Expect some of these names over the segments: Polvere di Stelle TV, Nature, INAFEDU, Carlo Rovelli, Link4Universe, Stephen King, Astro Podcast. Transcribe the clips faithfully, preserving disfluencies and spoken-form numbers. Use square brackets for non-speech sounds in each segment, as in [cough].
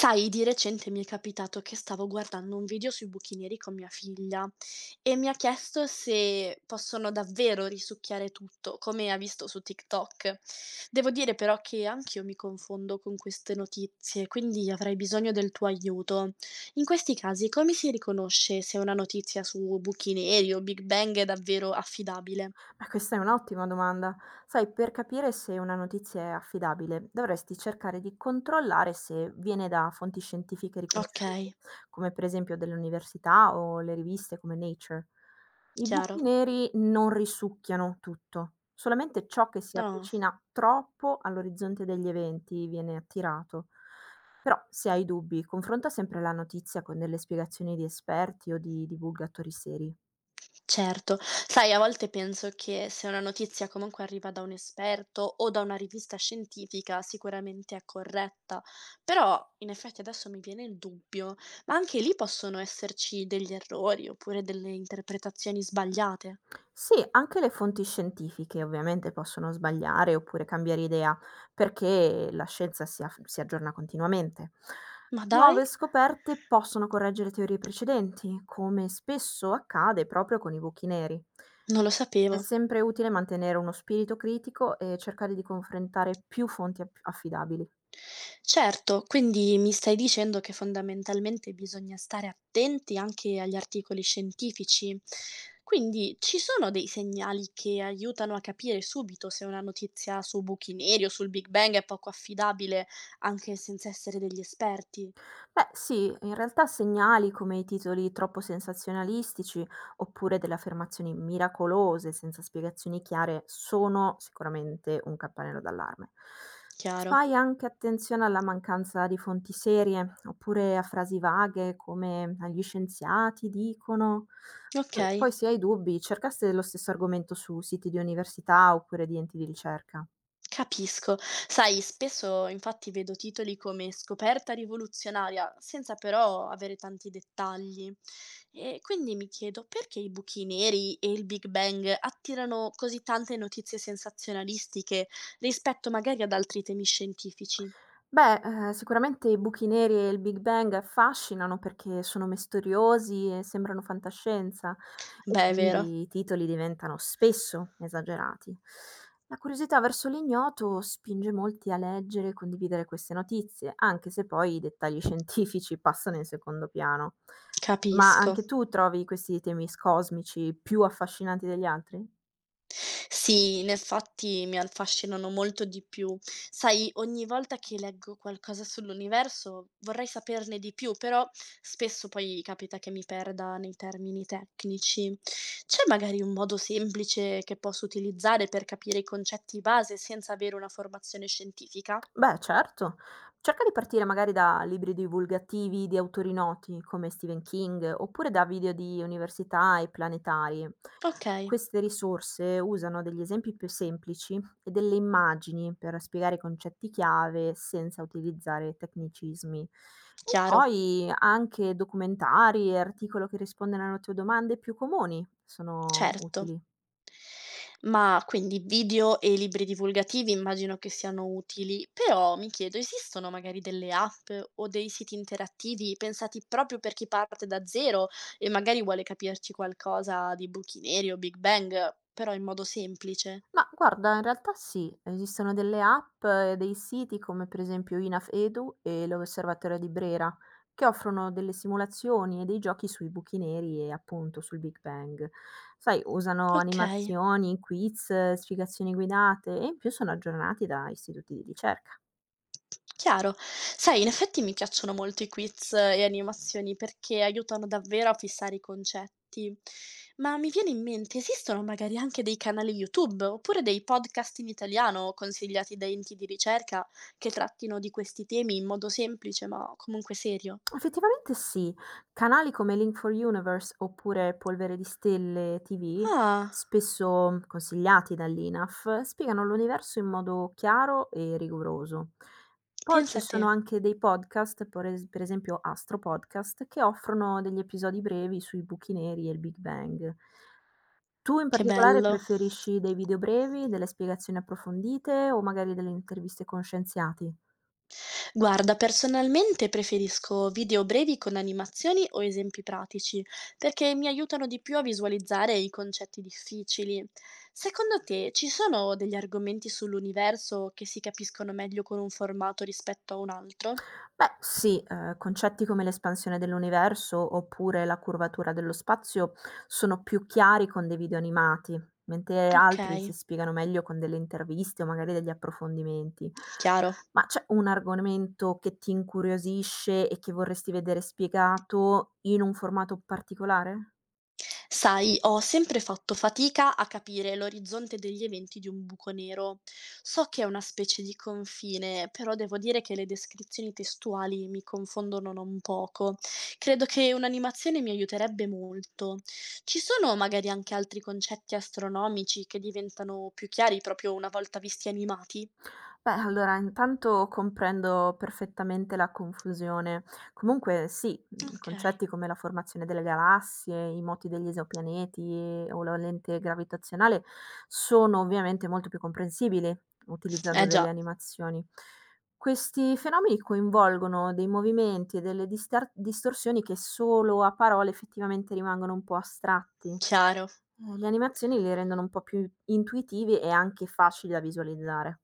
Sai, di recente mi è capitato che stavo guardando un video sui buchi neri con mia figlia e mi ha chiesto se possono davvero risucchiare tutto, come ha visto su TikTok. Devo dire però che anch'io mi confondo con queste notizie, quindi avrei bisogno del tuo aiuto. In questi casi, come si riconosce se una notizia su buchi neri o Big Bang è davvero affidabile? Ma questa è un'ottima domanda. Sai, per capire se una notizia è affidabile, dovresti cercare di controllare se viene da fonti scientifiche Ok, riconosciute, come per esempio delle università o le riviste come Nature. I chiaro. buchi neri non risucchiano tutto, solamente ciò che si Ah. avvicina troppo all'orizzonte degli eventi viene attirato. Però, se hai dubbi, confronta sempre la notizia con delle spiegazioni di esperti o di divulgatori seri. Certo. Sai, a volte penso che se una notizia comunque arriva da un esperto o da una rivista scientifica, sicuramente è corretta. Però in effetti adesso mi viene il dubbio, ma anche lì possono esserci degli errori oppure delle interpretazioni sbagliate. Sì, anche le fonti scientifiche ovviamente possono sbagliare oppure cambiare idea, perché la scienza si af si aggiorna continuamente. Ma dai, Nuove scoperte possono correggere teorie precedenti, come spesso accade proprio con i buchi neri. non lo sapevo. È sempre utile mantenere uno spirito critico e cercare di confrontare più fonti ap- affidabili. Certo, quindi mi stai dicendo che fondamentalmente bisogna stare attenti anche agli articoli scientifici. Quindi ci sono dei segnali che aiutano a capire subito se una notizia su buchi neri o sul Big Bang è poco affidabile, anche senza essere degli esperti? Beh, sì, in realtà segnali come i titoli troppo sensazionalistici oppure delle affermazioni miracolose senza spiegazioni chiare sono sicuramente un campanello d'allarme. Chiaro. Fai anche attenzione alla mancanza di fonti serie oppure a frasi vaghe come gli scienziati dicono. Ok. Poi se hai dubbi, cercaste lo stesso argomento su siti di università oppure di enti di ricerca. Capisco. Sai, spesso infatti vedo titoli come Scoperta rivoluzionaria, senza però avere tanti dettagli. E quindi mi chiedo perché i buchi neri e il Big Bang attirano così tante notizie sensazionalistiche rispetto magari ad altri temi scientifici. Beh, ehm, sicuramente i buchi neri e il Big Bang affascinano perché sono misteriosi e sembrano fantascienza e Beh, è vero, quindi i titoli diventano spesso esagerati. La curiosità verso l'ignoto spinge molti a leggere e condividere queste notizie, anche se poi i dettagli [laughs] scientifici passano in secondo piano. Ma capisco. anche tu trovi questi temi s cosmici più affascinanti degli altri? Sì, in effetti mi affascinano molto di più. Sai, ogni volta che leggo qualcosa sull'universo vorrei saperne di più, però spesso poi capita che mi perda nei termini tecnici. C'è magari un modo semplice che posso utilizzare per capire i concetti base senza avere una formazione scientifica? Beh, certo. Cerca di partire magari da libri divulgativi di autori noti come Stephen King oppure da video di università e planetari. Ok, Queste risorse usano degli esempi più semplici e delle immagini per spiegare i concetti chiave senza utilizzare tecnicismi. E chiaro, poi anche documentari e articoli che rispondono alle tue domande più comuni sono certo. utili. Ma quindi video e libri divulgativi immagino che siano utili, però mi chiedo, esistono magari delle app o dei siti interattivi pensati proprio per chi parte da zero e magari vuole capirci qualcosa di buchi neri o Big Bang, però in modo semplice? Ma guarda, in realtà sì, esistono delle app e dei siti come per esempio INAFEDU e l'Osservatorio di Brera, che offrono delle simulazioni e dei giochi sui buchi neri e appunto sul Big Bang. Sai, usano Ok. animazioni, quiz, spiegazioni guidate e in più sono aggiornati da istituti di ricerca. Chiaro. Sai, in effetti mi piacciono molto i quiz e animazioni perché aiutano davvero a fissare i concetti. Ma mi viene in mente, esistono magari anche dei canali YouTube oppure dei podcast in italiano consigliati da enti di ricerca che trattino di questi temi in modo semplice ma comunque serio? Effettivamente sì. Canali come link four universe oppure Polvere di Stelle T V, Ah, spesso mhmm, consigliati dall'INAF, spiegano l'universo in modo chiaro e rigoroso. Poi ci pensa a te, sono anche dei podcast, per es- per esempio Astro Podcast, che offrono degli episodi brevi sui buchi neri e il Big Bang. Tu in che particolare bello. preferisci dei video brevi, delle spiegazioni approfondite o magari delle interviste con scienziati? Guarda, personalmente preferisco video brevi con animazioni o esempi pratici, perché mi aiutano di più a visualizzare i concetti difficili. Secondo te ci sono degli argomenti sull'universo che si capiscono meglio con un formato rispetto a un altro? Beh sì, ehm, concetti come l'espansione dell'universo oppure la curvatura dello spazio sono più chiari con dei video animati, mentre Ok, altri si spiegano meglio con delle interviste o magari degli approfondimenti. chiaro. Ma c'è un argomento che ti incuriosisce e che vorresti vedere spiegato in un formato particolare? Sai, ho sempre fatto fatica a capire l'orizzonte degli eventi di un buco nero. So che è una specie di confine, però devo dire che le descrizioni testuali mi confondono non poco. Credo che un'animazione mi aiuterebbe molto. Ci sono magari anche altri concetti astronomici che diventano più chiari proprio una volta visti animati? Beh, allora intanto comprendo perfettamente la confusione. Comunque sì, mhmm, Ok. concetti come la formazione delle galassie, i moti degli esopianeti o la lente gravitazionale sono ovviamente molto più comprensibili utilizzando Eh delle già, animazioni. Questi fenomeni coinvolgono dei movimenti e delle distar distorsioni che solo a parole effettivamente rimangono un po' astratti. chiaro. Ehm, le animazioni li rendono un po' più intuitivi e anche facili da visualizzare.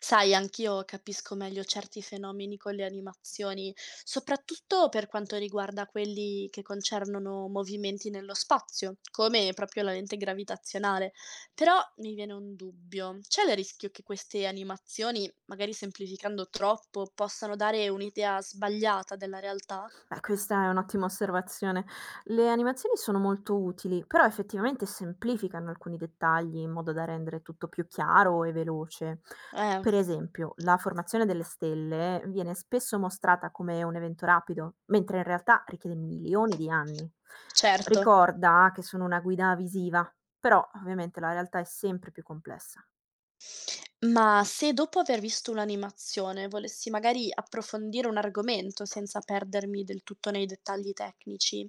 Sai, anch'io capisco meglio certi fenomeni con le animazioni, soprattutto per quanto riguarda quelli che concernono movimenti nello spazio, come proprio la lente gravitazionale. Però mi viene un dubbio, c'è il rischio che queste animazioni, magari semplificando troppo, possano dare un'idea sbagliata della realtà? Beh, questa è un'ottima osservazione. Le animazioni sono molto utili, però effettivamente semplificano alcuni dettagli in modo da rendere tutto più chiaro e veloce. Eh, Per esempio, la formazione delle stelle viene spesso mostrata come un evento rapido, mentre in realtà richiede milioni di anni. certo. Ricorda che sono una guida visiva, però ovviamente la realtà è sempre più complessa. Ma se dopo aver visto un'animazione volessi magari approfondire un argomento senza perdermi del tutto nei dettagli tecnici,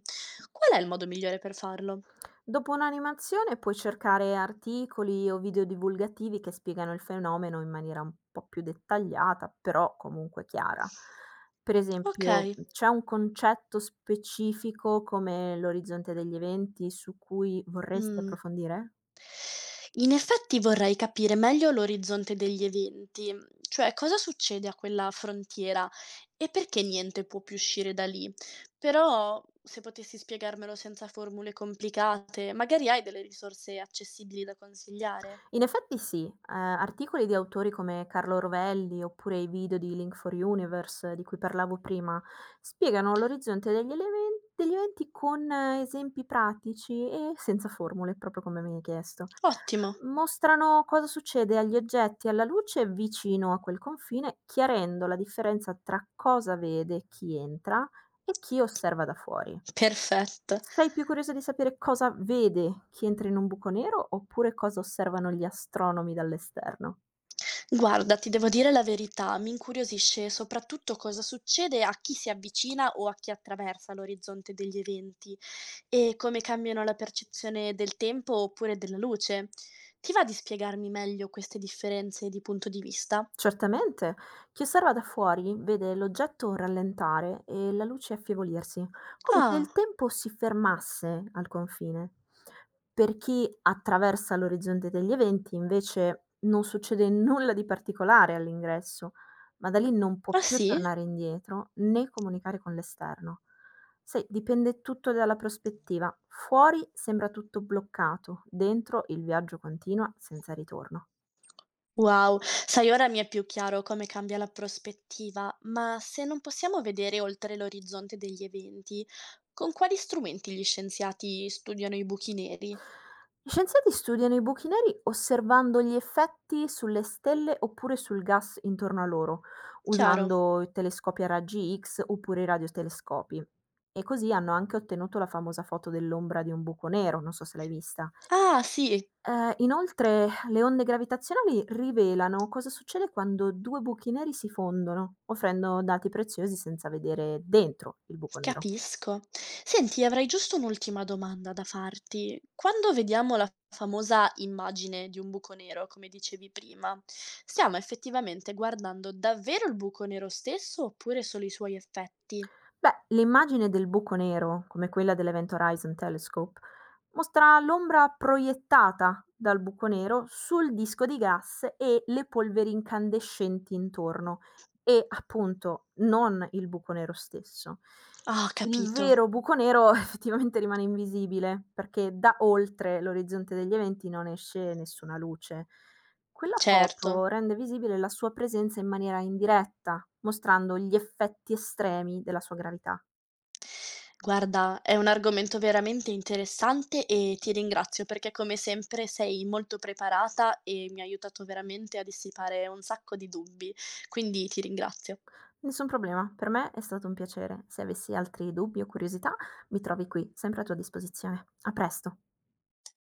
qual è il modo migliore per farlo? Dopo un'animazione puoi cercare articoli o video divulgativi che spiegano il fenomeno in maniera un po' più dettagliata, però comunque chiara. Per esempio, Okay, c'è un concetto specifico come l'orizzonte degli eventi su cui vorresti mh. approfondire? In effetti vorrei capire meglio l'orizzonte degli eventi, cioè cosa succede a quella frontiera e perché niente può più uscire da lì. Però se potessi spiegarmelo senza formule complicate, magari hai delle risorse accessibili da consigliare? In effetti sì, ehm, articoli di autori come Carlo Rovelli oppure i video di Link for Universe di cui parlavo prima, spiegano l'orizzonte degli elemen degli eventi con eh, esempi pratici e senza formule, proprio come mi hai chiesto. Ottimo, Mostrano cosa succede agli oggetti e alla luce vicino a quel confine, chiarendo la differenza tra cosa vede chi entra e chi osserva da fuori. perfetto. Sei più curiosa di sapere cosa vede chi entra in un buco nero oppure cosa osservano gli astronomi dall'esterno? Guarda, ti devo dire la verità, mi incuriosisce soprattutto cosa succede a chi si avvicina o a chi attraversa l'orizzonte degli eventi e come cambiano la percezione del tempo oppure della luce. Ti va di spiegarmi meglio queste differenze di punto di vista? Certamente. Chi osserva da fuori vede l'oggetto rallentare e la luce affievolirsi, come se il Ah, tempo si fermasse al confine. Per chi attraversa l'orizzonte degli eventi, invece, non succede nulla di particolare all'ingresso, ma da lì non può ah più sì? tornare indietro né comunicare con l'esterno. Sai, dipende tutto dalla prospettiva. Fuori sembra tutto bloccato, dentro il viaggio continua senza ritorno. Wow, sai, ora mi è più chiaro come cambia la prospettiva, ma se non possiamo vedere oltre l'orizzonte degli eventi, con quali strumenti gli scienziati studiano i buchi neri? Gli scienziati studiano i buchi neri osservando gli effetti sulle stelle oppure sul gas intorno a loro, Chiaro? usando telescopi a raggi X oppure i radiotelescopi. E così hanno anche ottenuto la famosa foto dell'ombra di un buco nero, non so se l'hai vista. Ah, sì, Eh, inoltre, le onde gravitazionali rivelano cosa succede quando due buchi neri si fondono, offrendo dati preziosi senza vedere dentro il buco nero. capisco. Senti, avrei giusto un'ultima domanda da farti. Quando vediamo la famosa immagine di un buco nero, come dicevi prima, stiamo effettivamente guardando davvero il buco nero stesso oppure solo i suoi effetti? Beh, l'immagine del buco nero, come quella dell'Event Horizon Telescope, mostra l'ombra proiettata dal buco nero sul disco di gas e le polveri incandescenti intorno e, appunto, non il buco nero stesso. Ah, ho Il capito. vero buco nero [laughs] effettivamente rimane invisibile, perché da oltre l'orizzonte degli eventi non esce nessuna luce. Quella Certo. foto rende visibile la sua presenza in maniera indiretta, mostrando gli effetti estremi della sua gravità. Guarda, è un argomento veramente interessante e ti ringrazio perché come sempre sei molto preparata e mi hai aiutato veramente a dissipare un sacco di dubbi, quindi ti ringrazio. Nessun problema, per me è stato un piacere. Se avessi altri dubbi o curiosità, mi trovi qui, sempre a tua disposizione. A presto.